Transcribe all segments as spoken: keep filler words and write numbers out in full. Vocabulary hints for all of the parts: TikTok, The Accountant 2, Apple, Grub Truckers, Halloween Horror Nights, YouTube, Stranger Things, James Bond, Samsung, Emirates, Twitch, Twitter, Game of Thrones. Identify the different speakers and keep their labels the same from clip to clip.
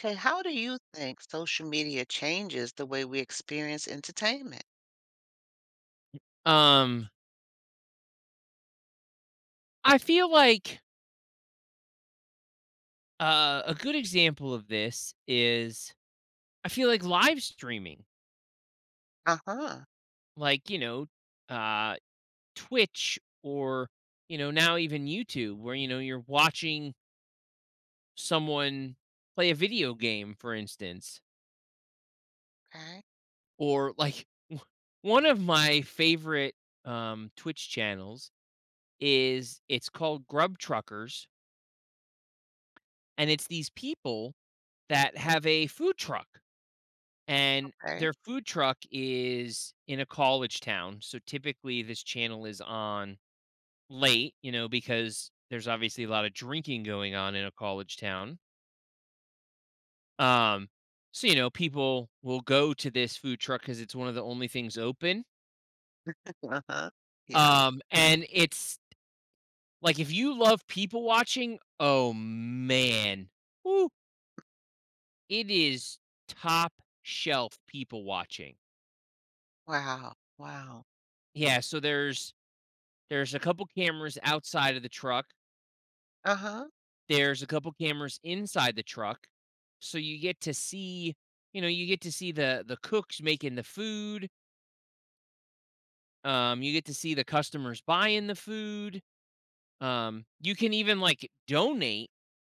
Speaker 1: Okay, how do you think social media changes the way we experience entertainment?
Speaker 2: Um, I feel like, uh, a good example of this is I feel like live streaming,
Speaker 1: Uh-huh.
Speaker 2: like, you know, uh, Twitch or, you know, now even YouTube where, you know, you're watching someone play a video game, for instance,
Speaker 1: Okay.
Speaker 2: or like w- one of my favorite, um, Twitch channels is it's called Grub Truckers, and it's these people that have a food truck, and
Speaker 1: Okay.
Speaker 2: their food truck is in a college town. So typically this channel is on late, you know, because there's obviously a lot of drinking going on in a college town. Um so you know, people will go to this food truck cuz it's one of the only things open.
Speaker 1: Uh-huh. Yeah.
Speaker 2: Um and it's like if you love people watching, oh man. Woo, it is top shelf people watching.
Speaker 1: Wow. Wow.
Speaker 2: Yeah, so there's there's a couple cameras outside of the truck.
Speaker 1: Uh-huh.
Speaker 2: There's a couple cameras inside the truck, so you get to see, you know, you get to see the the cooks making the food. Um, you get to see the customers buying the food. Um, you can even like donate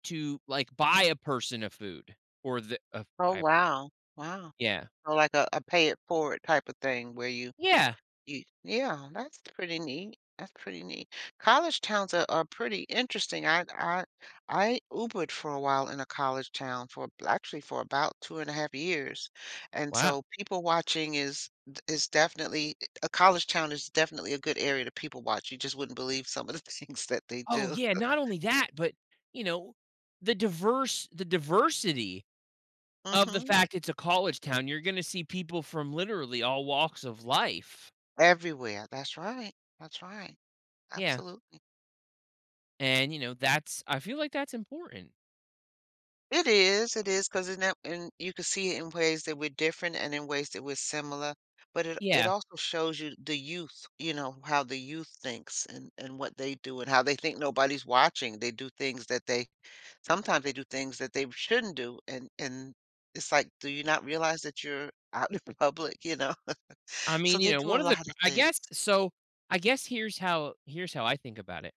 Speaker 2: to like buy a person a food or the uh,
Speaker 1: Oh,
Speaker 2: buy a person.
Speaker 1: wow. Wow.
Speaker 2: Yeah.
Speaker 1: So like a, a pay it forward type of thing where you
Speaker 2: Yeah.
Speaker 1: You yeah, that's pretty neat. That's pretty neat. College towns are are pretty interesting. I I I Ubered for a while in a college town for actually for about two and a half years. And
Speaker 2: Wow.
Speaker 1: so people watching is is definitely a college town is definitely a good area to people watch. You just wouldn't believe some of the things that they
Speaker 2: Oh
Speaker 1: do.
Speaker 2: yeah. Not only that, but you know, the diverse the diversity of the
Speaker 1: Mhm.
Speaker 2: fact it's a college town. You're going to see people from literally all walks of life.
Speaker 1: Everywhere. That's right. That's right.
Speaker 2: Yeah.
Speaker 1: Absolutely.
Speaker 2: And, you know, that's I feel like that's important.
Speaker 1: It is, it is, because in that, and you can see it in ways that we're different and in ways that we're similar, but it it
Speaker 2: Yeah.
Speaker 1: also shows you the youth, you know, how the youth thinks and and what they do and how they think nobody's watching. They do things that they sometimes they do things that they shouldn't do, and and it's like, "Do you not realize that you're out in public?" You know?
Speaker 2: I
Speaker 1: So
Speaker 2: mean, you
Speaker 1: they
Speaker 2: know,
Speaker 1: do a
Speaker 2: one of the
Speaker 1: lot of
Speaker 2: I
Speaker 1: things.
Speaker 2: guess so I guess here's how here's how I think about it.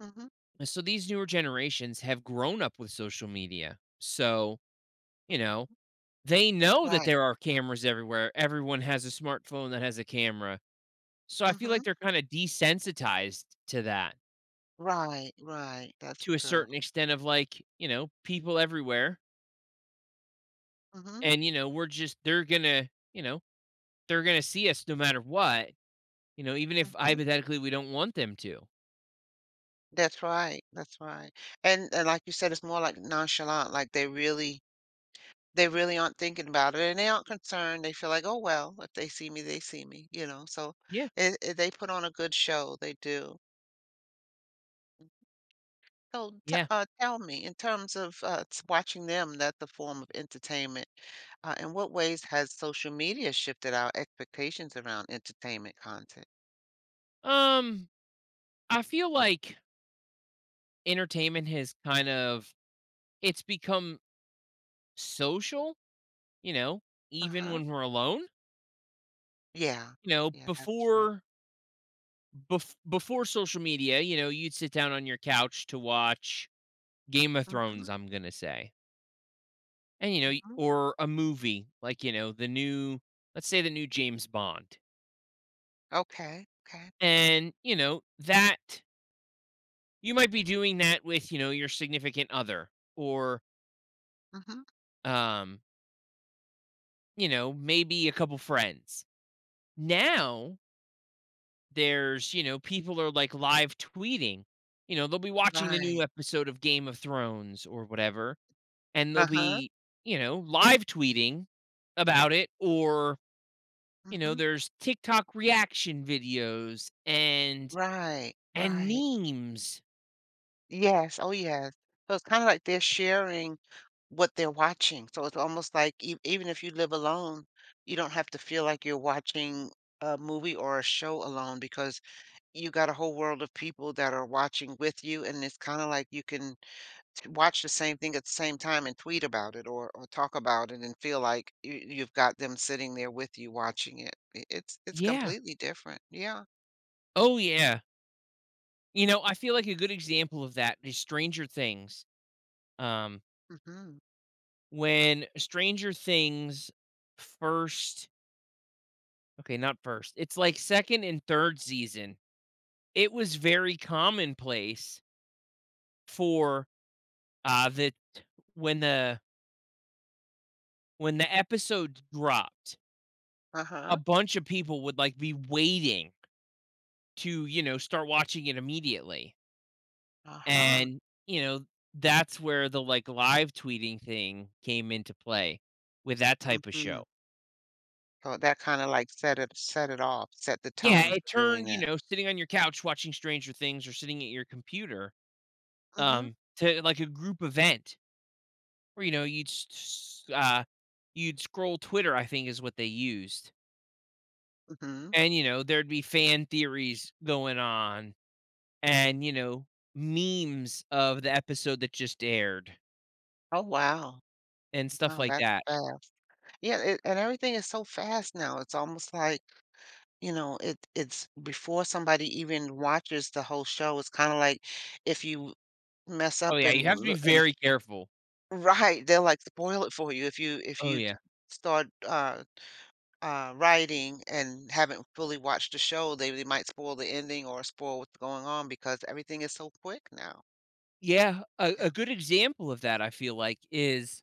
Speaker 1: Mhm.
Speaker 2: So these newer generations have grown up with social media. So, you know, they know that
Speaker 1: Right.
Speaker 2: there are cameras everywhere. Everyone has a smartphone that has a camera. So I feel like
Speaker 1: Mhm.
Speaker 2: they're kind of desensitized to that
Speaker 1: Right, right. That's
Speaker 2: to a
Speaker 1: true.
Speaker 2: certain extent of like, you know, people everywhere.
Speaker 1: Mhm,
Speaker 2: And, you know, we're just they're gonna, you know, they're gonna see us no matter what. You know, even if
Speaker 1: mhm.
Speaker 2: hypothetically we don't want them to.
Speaker 1: That's right, that's right. And and like you said, it's more like nonchalant, like they really they really aren't thinking about it and they aren't concerned. They feel like, "Oh well, if they see me, they see me," you know. So
Speaker 2: Yeah.
Speaker 1: it, it, they put on a good show, they do. So t
Speaker 2: Yeah.
Speaker 1: uh, tell me, in terms of uh, s- watching them, that's a form of entertainment. Uh, in what ways has social media shifted our expectations around entertainment content?
Speaker 2: Um, I feel like entertainment has kind of it's become social, you know, even
Speaker 1: Uh-huh.
Speaker 2: when we're alone.
Speaker 1: Yeah.
Speaker 2: You know,
Speaker 1: Yeah, that's true.
Speaker 2: before bef- before social media, you know, you'd sit down on your couch to watch Game of
Speaker 1: Mm-hmm.
Speaker 2: Thrones, I'm going to say. And you know, y-
Speaker 1: Mm-hmm.
Speaker 2: or a movie like, you know, the new let's say the new James Bond.
Speaker 1: Okay. Okay.
Speaker 2: And, you know, that you might be doing that with, you know, your significant other or,
Speaker 1: Mm-hmm.
Speaker 2: um, you know, maybe a couple friends. Now there's, you know, people are like live tweeting. You know, they'll be watching the new
Speaker 1: Right.
Speaker 2: episode of Game of Thrones or whatever, and they'll
Speaker 1: Uh-huh.
Speaker 2: be, you know, live tweeting about it, or, you know,
Speaker 1: Mhm.
Speaker 2: there's TikTok reaction videos and
Speaker 1: Right,
Speaker 2: and
Speaker 1: right.
Speaker 2: memes.
Speaker 1: Yes, oh, yes. So it's kinda like they're sharing what they're watching, so it's almost like ev even if you live alone, you don't have to feel like you're watching a movie or a show alone because you got a whole world of people that are watching with you, and it's kinda like you can t watch the same thing at the same time and tweet about it or or talk about it and feel like you you've got them sitting there with you watching it. I it's it's
Speaker 2: Yeah.
Speaker 1: completely different. Yeah.
Speaker 2: Oh yeah. You know, I feel like a good example of that is Stranger Things. Um,
Speaker 1: Mhm.
Speaker 2: when Stranger Things first okay, not first, it's like second and third season, it was very commonplace for, uh, that when the when the episode dropped, a
Speaker 1: Uh-huh.
Speaker 2: bunch of people would, like, be waiting to, you know, start watching it immediately. Uh-huh.
Speaker 1: Uh-huh,
Speaker 2: And, you know, that's where the, like, live tweeting thing came into play with that type of show.
Speaker 1: mhm. So that kinda, like, set it set it off, set the
Speaker 2: Yeah,
Speaker 1: tone
Speaker 2: it
Speaker 1: for doing
Speaker 2: turned, you
Speaker 1: that.
Speaker 2: know, sitting on your couch watching Stranger Things or sitting at your computer,
Speaker 1: Mhm,
Speaker 2: um, to like a group event where, you know, you'd s s uh, you'd scroll Twitter, I think is what they used,
Speaker 1: mhm.
Speaker 2: and, you know, there'd be fan theories going on and, you know, memes of the episode that just aired
Speaker 1: Oh, wow.
Speaker 2: and stuff
Speaker 1: Wow,
Speaker 2: like
Speaker 1: that's
Speaker 2: that.
Speaker 1: fast. Yeah, it and everything is so fast now, it's almost like, you know, it it's before somebody even watches the whole show, it's kinda like if you mess
Speaker 2: Oh,
Speaker 1: up
Speaker 2: yeah, you
Speaker 1: and
Speaker 2: have to be
Speaker 1: loo and
Speaker 2: very careful.
Speaker 1: Right, they'll, like, spoil it for you if you if
Speaker 2: Oh,
Speaker 1: you
Speaker 2: yeah.
Speaker 1: d start, uh uh, writing and haven't fully watched the show, they they might spoil the ending or spoil what's going on because everything is so quick now.
Speaker 2: Yeah, a a
Speaker 1: Yeah.
Speaker 2: good example of that, I feel like, is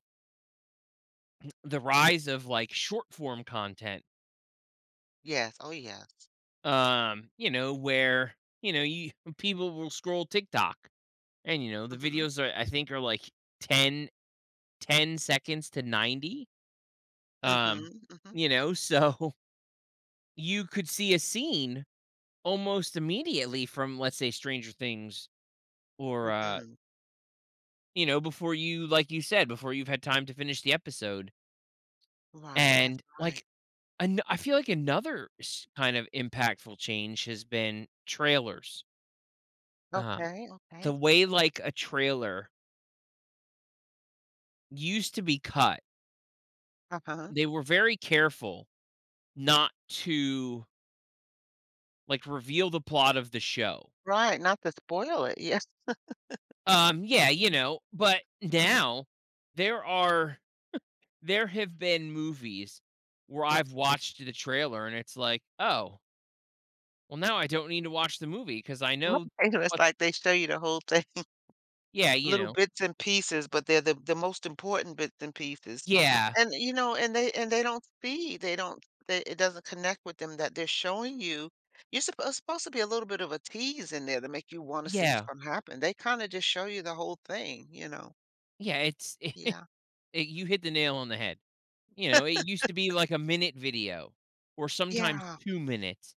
Speaker 2: the rise of, like, short form content.
Speaker 1: Yes. Oh, yes.
Speaker 2: Um, you know, where you know you people will scroll TikTok, and you know the
Speaker 1: Mhm.
Speaker 2: videos are I think are like ten ten seconds to ninety. Um,
Speaker 1: Mhm. Mhm.
Speaker 2: you know, so you could see a scene almost immediately from let's say Stranger Things, or uh,
Speaker 1: Mhm.
Speaker 2: you know, before you like you said before you've had time to finish the episode,
Speaker 1: Right. That's
Speaker 2: and
Speaker 1: right.
Speaker 2: like. an- I feel like another s- kind of impactful change has been trailers. Um,
Speaker 1: Okay.
Speaker 2: the
Speaker 1: Okay.
Speaker 2: way like a trailer used to be cut.
Speaker 1: Uh-huh.
Speaker 2: They were very careful not to, like, reveal the plot of the show.
Speaker 1: Right. Not to spoil it. Yes.
Speaker 2: Um, yeah, you know, but
Speaker 1: Mhm.
Speaker 2: now there are there have been movies where I've watched the trailer and it's like, "Oh, well, now I don't need to watch the movie because I
Speaker 1: Right.
Speaker 2: know
Speaker 1: It's
Speaker 2: what."
Speaker 1: like they show you the whole thing.
Speaker 2: Yeah, you
Speaker 1: Little
Speaker 2: know.
Speaker 1: bits and pieces, but they're the the most important bits and pieces.
Speaker 2: Yeah,
Speaker 1: And, you know, and they and they don't see, they don't they it doesn't connect with them that they're showing you you're supposed supposed to be a little bit of a tease in there to make you wanna see what's
Speaker 2: yeah,
Speaker 1: gonna happen. They kinda just show you the whole thing, you know?
Speaker 2: yeah, it's it
Speaker 1: Yeah.
Speaker 2: it you hit the nail on the head. You know, it used to be like a minute video or sometimes
Speaker 1: Yeah.
Speaker 2: two minutes.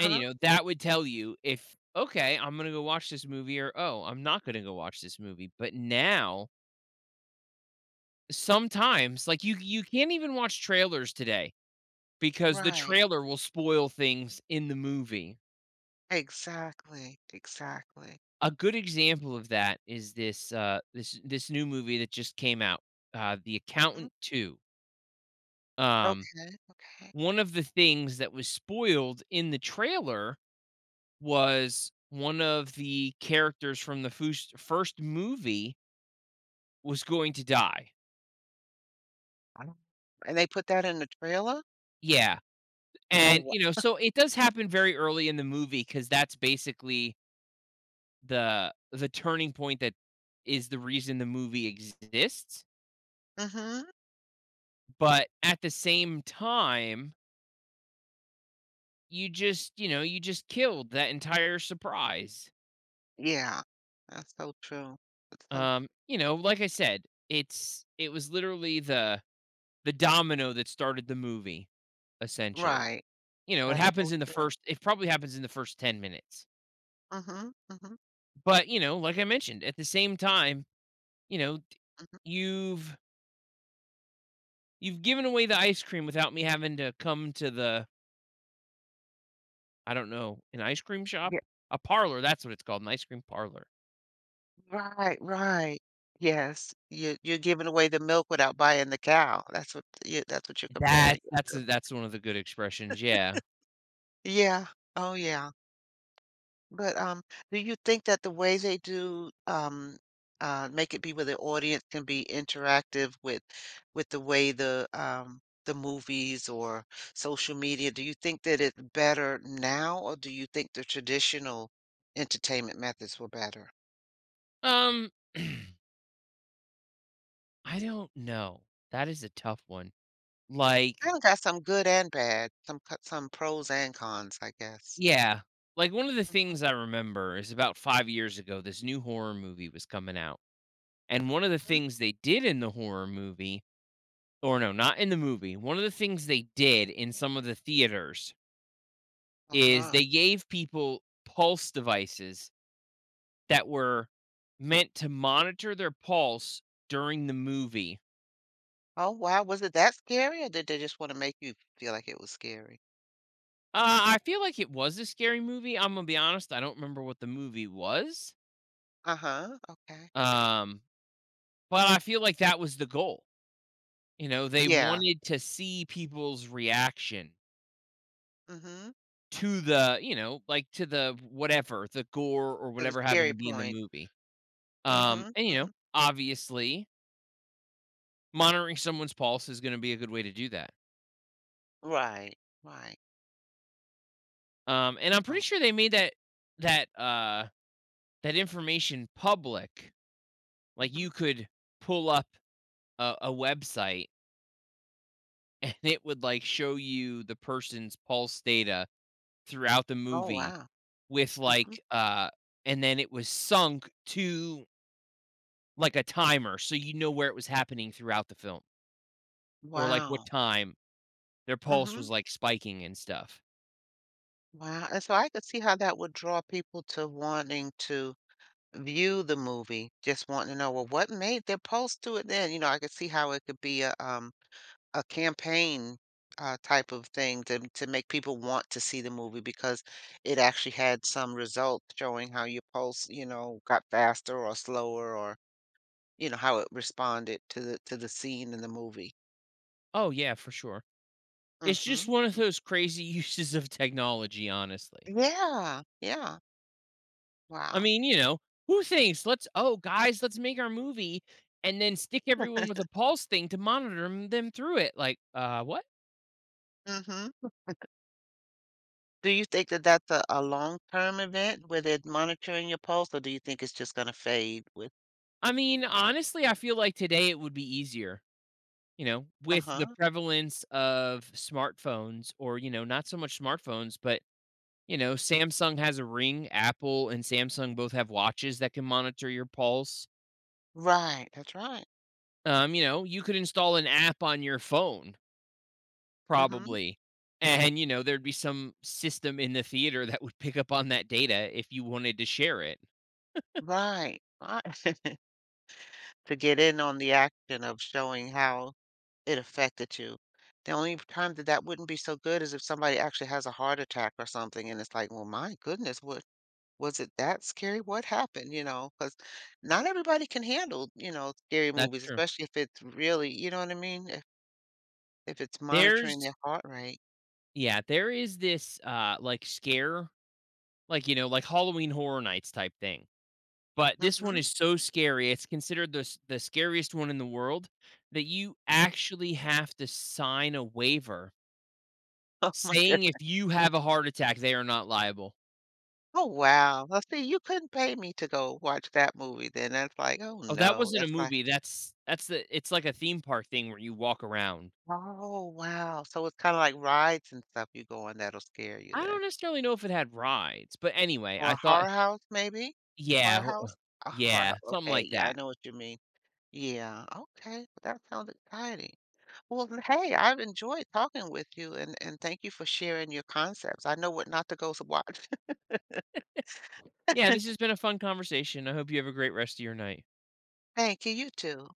Speaker 2: And, you know, that would tell you if, okay, I'm going to go watch this movie or, oh, I'm not going to go watch this movie. But now, sometimes, like you, you can't even watch trailers today because the
Speaker 1: Right.
Speaker 2: trailer will spoil things in the movie.
Speaker 1: Exactly, exactly.
Speaker 2: A good example of that is this, uh, this, this new movie that just came out, uh, The
Speaker 1: Mm.
Speaker 2: Accountant two. Um,
Speaker 1: Okay, okay.
Speaker 2: One of the things that was spoiled in the trailer was one of the characters from the first, first movie was going to die.
Speaker 1: Wow. And they put that in the trailer?
Speaker 2: Yeah.
Speaker 1: Oh,
Speaker 2: And,
Speaker 1: wo
Speaker 2: you know, so it does happen very early in the movie because that's basically the the turning point that is the reason the movie exists.
Speaker 1: Mhm.
Speaker 2: But at the same time, you just, you know, you just killed that entire surprise.
Speaker 1: Yeah. That's so true. That's so
Speaker 2: Um,
Speaker 1: true.
Speaker 2: you know, like I said, it's it was literally the the domino that started the movie, essentially.
Speaker 1: Right.
Speaker 2: You know, it
Speaker 1: That's
Speaker 2: happens
Speaker 1: so
Speaker 2: in the
Speaker 1: true.
Speaker 2: first it probably happens in the first ten minutes.
Speaker 1: Mhm, mhm,
Speaker 2: But, you know, like I mentioned, at the same time, you know, d-
Speaker 1: mhm.
Speaker 2: you've you've given away the ice cream without me having to come to the I don't know, an ice cream shop?
Speaker 1: Yeah.
Speaker 2: A parlor, that's what it's called, an ice cream parlor.
Speaker 1: Right, right. Yes, you you're giving away the milk without buying the cow. That's what you that's what you're
Speaker 2: That
Speaker 1: comparing it
Speaker 2: that's a,
Speaker 1: to.
Speaker 2: that's one of the good expressions, yeah.
Speaker 1: Yeah. Oh, yeah. But, um, do you think that the way they do, um, uh, make it be where the audience can be interactive with with the way the, um, the movies or social media, do you think that it's better now, or do you think the traditional entertainment methods were better?
Speaker 2: Um I don't know. That is a tough one. Like,
Speaker 1: Kinda got some good and bad, some co some pros and cons, I guess.
Speaker 2: yeah. Like one of the
Speaker 1: Mhm,
Speaker 2: things I remember is about five years ago this new horror movie was coming out. And one of the
Speaker 1: mhm.
Speaker 2: things they did in the horror movie or no, not in the movie. One of the things they did in some of the theaters is
Speaker 1: Uh-huh.
Speaker 2: they gave people pulse devices that were meant to monitor their pulse during the movie.
Speaker 1: Oh, wow, was it that scary, or did they just wanna make you feel like it was scary?
Speaker 2: Uh, I feel like it was a scary movie. I'm gonna be honest. I don't remember what the movie was.
Speaker 1: Uh-huh, okay.
Speaker 2: Um, but I feel like that was the goal. You know, they
Speaker 1: Yeah,
Speaker 2: wanted to see people's reaction
Speaker 1: mhm,
Speaker 2: to the, you know, like to the whatever, the gore or
Speaker 1: to the
Speaker 2: whatever happened
Speaker 1: scary
Speaker 2: to be in the
Speaker 1: point.
Speaker 2: movie. Um,
Speaker 1: Mhm,
Speaker 2: and you know,
Speaker 1: mhm.
Speaker 2: obviously, monitoring someone's pulse is going to be a good way to do that.
Speaker 1: Right, right,
Speaker 2: Um, and I'm pretty
Speaker 1: no,
Speaker 2: sure they made that that uh that information public. Like
Speaker 1: mhm.
Speaker 2: you could pull up a, a website and it would like show you the person's pulse data throughout the
Speaker 1: Oh,
Speaker 2: movie
Speaker 1: wow,
Speaker 2: with
Speaker 1: mhm.
Speaker 2: like uh and then it was sunk to like a timer so you know where it was happening throughout the film or like what
Speaker 1: Wow,
Speaker 2: time their pulse
Speaker 1: mhm.
Speaker 2: was like spiking and stuff.
Speaker 1: Wow, and so I could see how that would draw people to wanting to view the movie, just wanting to know, "Well, what made them post to it then?" You know, I could see how it could be a, um a campaign, uh, type of thing to to make people want to see the movie because it actually had some results showing how your pulse, you know, got faster or slower or, you know, how it responded to the to the scene in the movie.
Speaker 2: Oh yeah, for sure. It's just
Speaker 1: Mhm.
Speaker 2: one of those crazy uses of technology, honestly.
Speaker 1: Yeah, yeah.
Speaker 2: I
Speaker 1: Wow.
Speaker 2: mean, you know, who thinks, "Let's oh, guys, let's make our movie and then stick everyone with a pulse thing to monitor 'em them through it." Like, uh, what?
Speaker 1: Mhm. Do you think that that's a a long-term event where they're monitoring your pulse, or do you think it's just gonna fade with
Speaker 2: I mean, honestly, I feel like today it would be easier, you know, with the
Speaker 1: Uh-huh.
Speaker 2: prevalence of smartphones or, you know, not so much smartphones, but, you know, Samsung has a Ring, Apple and Samsung both have watches that can monitor your pulse.
Speaker 1: Right, that's right.
Speaker 2: Um, you know, you could install an app on your phone
Speaker 1: Mhm.
Speaker 2: probably. And, you know, there'd be some system in the theater that would pick up on that data if you wanted to share it.
Speaker 1: Right, right. to get in on the action of showing how it affected you. The only time that that wouldn't be so good is if somebody actually has a heart attack or something, and it's like, "Well, my goodness, what was it that scary? What happened?" You know, because not everybody can handle, you know, scary
Speaker 2: That's
Speaker 1: movies,
Speaker 2: true.
Speaker 1: especially if it's really you know what I mean? If if it's monitoring
Speaker 2: There's
Speaker 1: their heart rate.
Speaker 2: Yeah, there is this, uh, like, scare, like, you know, like Halloween Horror Nights type thing, but this one
Speaker 1: Mhm,
Speaker 2: is so scary, it's considered the s the scariest one in the world that you
Speaker 1: mm.
Speaker 2: actually have to sign a waiver
Speaker 1: Oh my good
Speaker 2: saying if you have a heart attack, they are not liable.
Speaker 1: Oh, wow. Well, see, you couldn't pay me to go watch that movie then. That's like, "Oh,
Speaker 2: Oh, that
Speaker 1: no."
Speaker 2: wasn't a
Speaker 1: That's like
Speaker 2: movie, that's that's the it's like a theme park thing where you walk around.
Speaker 1: Oh, wow. So it's kinda like rides and stuff you go on that'll scare you
Speaker 2: I
Speaker 1: then.
Speaker 2: don't necessarily know if it had rides, but anyway,
Speaker 1: Or
Speaker 2: I
Speaker 1: a
Speaker 2: thought
Speaker 1: horror house maybe?
Speaker 2: yeah,
Speaker 1: Horror
Speaker 2: ho uh,
Speaker 1: house? A horror
Speaker 2: yeah,
Speaker 1: house,
Speaker 2: something
Speaker 1: okay,
Speaker 2: like
Speaker 1: yeah, I
Speaker 2: that.
Speaker 1: know what you mean. Yeah, okay, that sounds exciting. Well, then, hey, I've enjoyed talking with you, and and thank you for sharing your concepts. I know what not to go to watch.
Speaker 2: Yeah, this has been a fun conversation. I hope you have a great rest of your night.
Speaker 1: Thank you, you too.